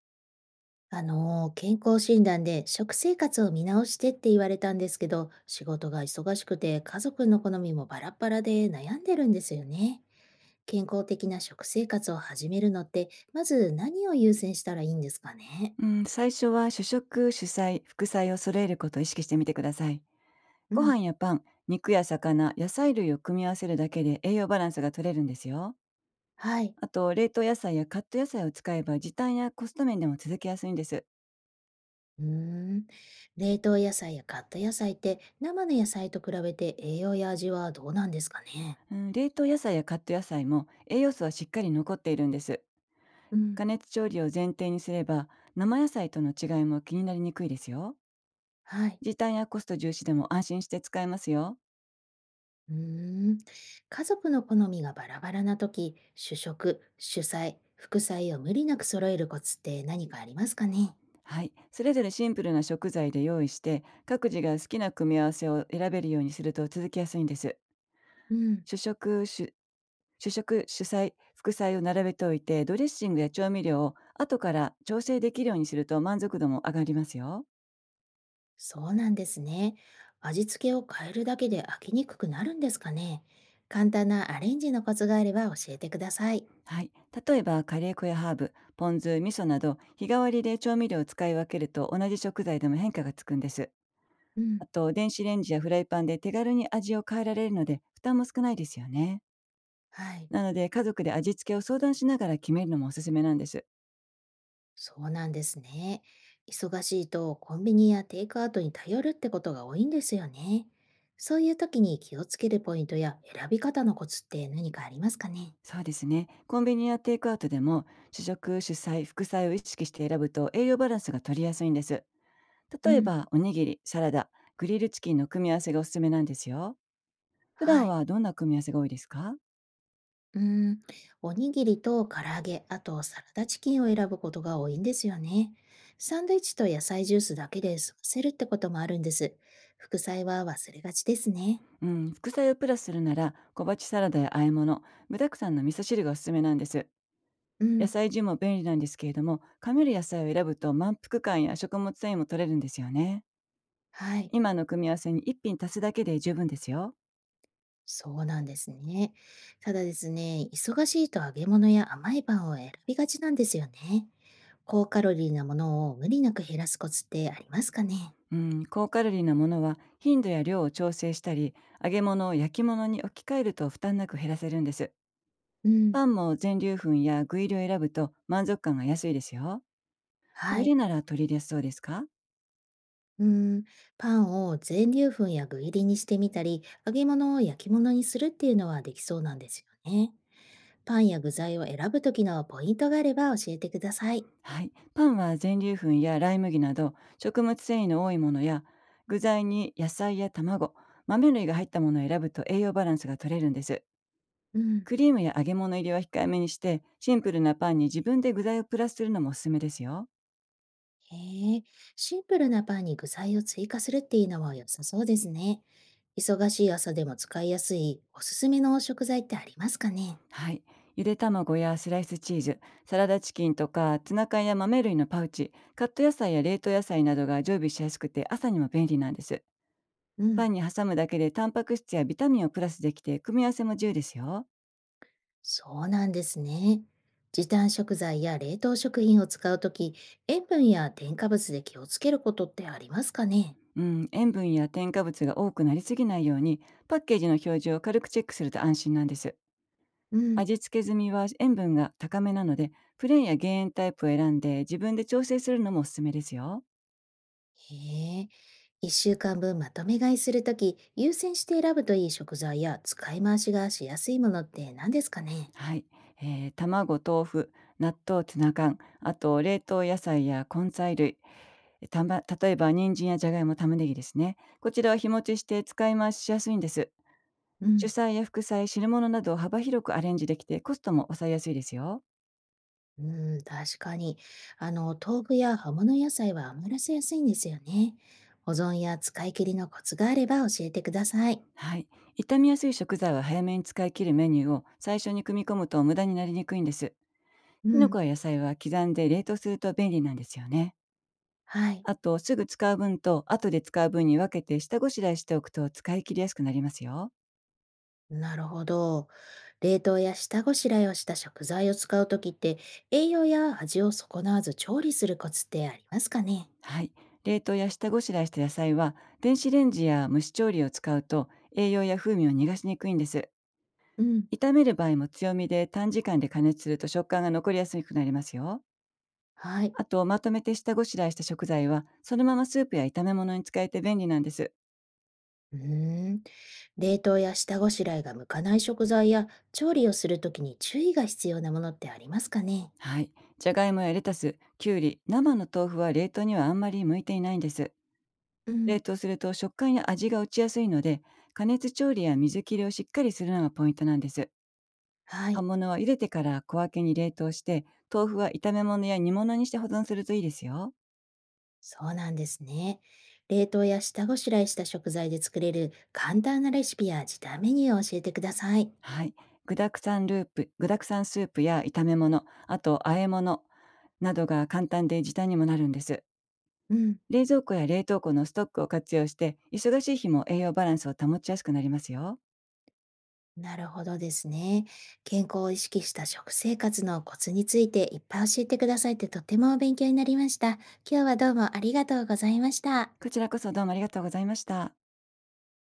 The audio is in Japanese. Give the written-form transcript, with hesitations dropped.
健康診断で食生活を見直してって言われたんですけど、仕事が忙しくて家族の好みもバラバラで悩んでるんですよね。健康的な食生活を始めるのって、まず何を優先したらいいんですかね。うん、最初は主食、主菜、副菜を揃えることを意識してみてください。うご飯ん、やパン、肉や魚、野菜類を組み合わせるだけで栄養バランスが取れるんですよ。はい。あと、冷凍野菜やカット野菜を使えば時短やコスト面でも続けやすいんです。うーん。冷凍野菜やカット野菜って生の野菜と比べて栄養や味はどうなんですかね。うん、冷凍野菜やカット野菜も栄養素はしっかり残っているんです。う加ん、熱調理を前提にすれば生野菜との違いも気になりにくいですよ。はい。時短やコスト重視でも安心して使えますよ。うーん、家族の好みがバラバラな時、主食、主菜、副菜を無理なく揃えるコツって何かありますかね？はい、それぞれシンプルな食材で用意して各自が好きな組み合わせを選べるようにすると続きやすいんです。うん、主食主主食主菜副菜を並べておいてドレッシングや調味料を後から調整できるようにすると満足度も上がりますよ。そうなんですね。味付けを変えるだけで飽きにくくなるんですかね？簡単なアレンジのコツがあれば教えてください。はい。例えば、カレー粉やハーブ、ポン酢、味噌など、日替わりで調味料を使い分けると同じ食材でも変化がつくんです。うあん、と、電子レンジやフライパンで手軽に味を変えられるので、負担も少ないですよね。はい、なので、家族で味付けを相談しながら決めるのもおすすめなんです。そうなんですね。忙しいとコンビニやテイクアウトに頼るってことが多いんですよね。そういう時に気をつけるポイントや選び方のコツって何かありますかね？そうですね。コンビニやテイクアウトでも、主食、主菜、副菜を意識して選ぶと栄養バランスが取りやすいんです。う例えん、ば、おにぎり、サラダ、グリルチキンの組み合わせがおすすめなんですよ。普は段い。はどんな組み合わせが多いですか？うーん、おにぎりと唐揚げ、あとサラダチキンを選ぶことが多いんですよね。サンドイッチと野菜ジュースだけで済ませるってこともあるんです。副菜は忘れがちですね。うん、副菜をプラスするなら小鉢サラダや和え物、具沢山の味噌汁がおすすめなんです。う野ん、菜ジューも便利なんですけれども、噛める野菜を選ぶと満腹感や食物繊維も取れるんですよね。はい。今の組み合わせに一品足すだけで十分ですよ。そうなんですね。ただですね、忙しいと揚げ物や甘いパンを選びがちなんですよね。高カロリーなものを無理なく減らすコツってありますかね？うん、高カロリーなものは頻度や量を調整したり、揚げ物を焼き物に置き換えると負担なく減らせるんです。うん、パンも全粒粉や具入りを選ぶと満足感が安いですよ。どはれい。なら取り入れやすそうですか？うーん、パンを全粒粉や具入りにしてみたり、揚げ物を焼き物にするっていうのはできそうなんですよね。パンや具材を選ぶときのポイントがあれば教えてください。はい。パンは全粒粉やライ麦など食物繊維の多いものや、具材に野菜や卵、豆類が入ったものを選ぶと栄養バランスが取れるんです。うん。クリームや揚げ物入りは控えめにして、シンプルなパンに自分で具材をプラスするのもおすすめですよ。へえ、シンプルなパンに具材を追加するっていうのは良さそうですね。忙しい朝でも使いやすいおすすめの食材ってありますかね？はい。ゆで卵やスライスチーズ、サラダチキンとかツナ缶や豆類のパウチ、カット野菜や冷凍野菜などが常備しやすくて朝にも便利なんです。うパん。ンに挟むだけでタンパク質やビタミンをプラスできて組み合わせも自由ですよ。そうなんですね。時短食材や冷凍食品を使うとき、塩分や添加物で気をつけることってありますかね？うん、塩分や添加物が多くなりすぎないように、パッケージの表示を軽くチェックすると安心なんです。うん。味付け済みは塩分が高めなので、プレーンや減塩タイプを選んで自分で調整するのもおすすめですよ。へえ。1週間分まとめ買いするとき、優先して選ぶといい食材や使い回しがしやすいものって何ですかね？はい、卵、豆腐、納豆、ツナ缶、あと冷凍野菜や根菜類、例えば人参やじゃがいも、玉ねぎですね。こちらは日持ちして使い回しやすいんです。う主ん。菜や副菜、汁物などを幅広くアレンジできてコストも抑えやすいですよ。うん、確かに。豆腐や葉物野菜は余らせやすいんですよね。保存や使い切りのコツがあれば教えてください。はい。傷みやすい食材は早めに使い切るメニューを最初に組み込むと無駄になりにくいんです。うきのん。こや野菜は刻んで冷凍すると便利なんですよね。はい。あと、すぐ使う分と後で使う分に分けて下ごしらえしておくと使い切りやすくなりますよ。なるほど。冷凍や下ごしらえをした食材を使うときって、栄養や味を損なわず調理するコツってありますかね？はい。冷凍や下ごしらえした野菜は、電子レンジや蒸し調理を使うと栄養や風味を逃がしにくいんです。うん。炒める場合も強火で短時間で加熱すると食感が残りやすくなりますよ。はい。あと、まとめて下ごしらえした食材は、そのままスープや炒め物に使えて便利なんです。うーん、冷凍や下ごしらえが向かない食材や調理をするときに注意が必要なものってありますかね？はい。じゃがいもやレタス、きゅうり、生の豆腐は冷凍にはあんまり向いていないんです。う冷ん、凍すると食感や味が落ちやすいので、加熱調理や水切りをしっかりするのがポイントなんです。は葉い、物は茹でてから小分けに冷凍して、豆腐は炒め物や煮物にして保存するといいですよ。そうなんですね。冷凍や下ごしらえした食材で作れる簡単なレシピや時短メニューを教えてください。はい。具沢山スープや炒め物、あと和え物などが簡単で時短にもなるんです。うん。冷蔵庫や冷凍庫のストックを活用して、忙しい日も栄養バランスを保ちやすくなりますよ。なるほどですね。健康を意識した食生活のコツについていっぱい教えてくださいってとても勉強になりました。今日はどうもありがとうございました。こちらこそどうもありがとうございました。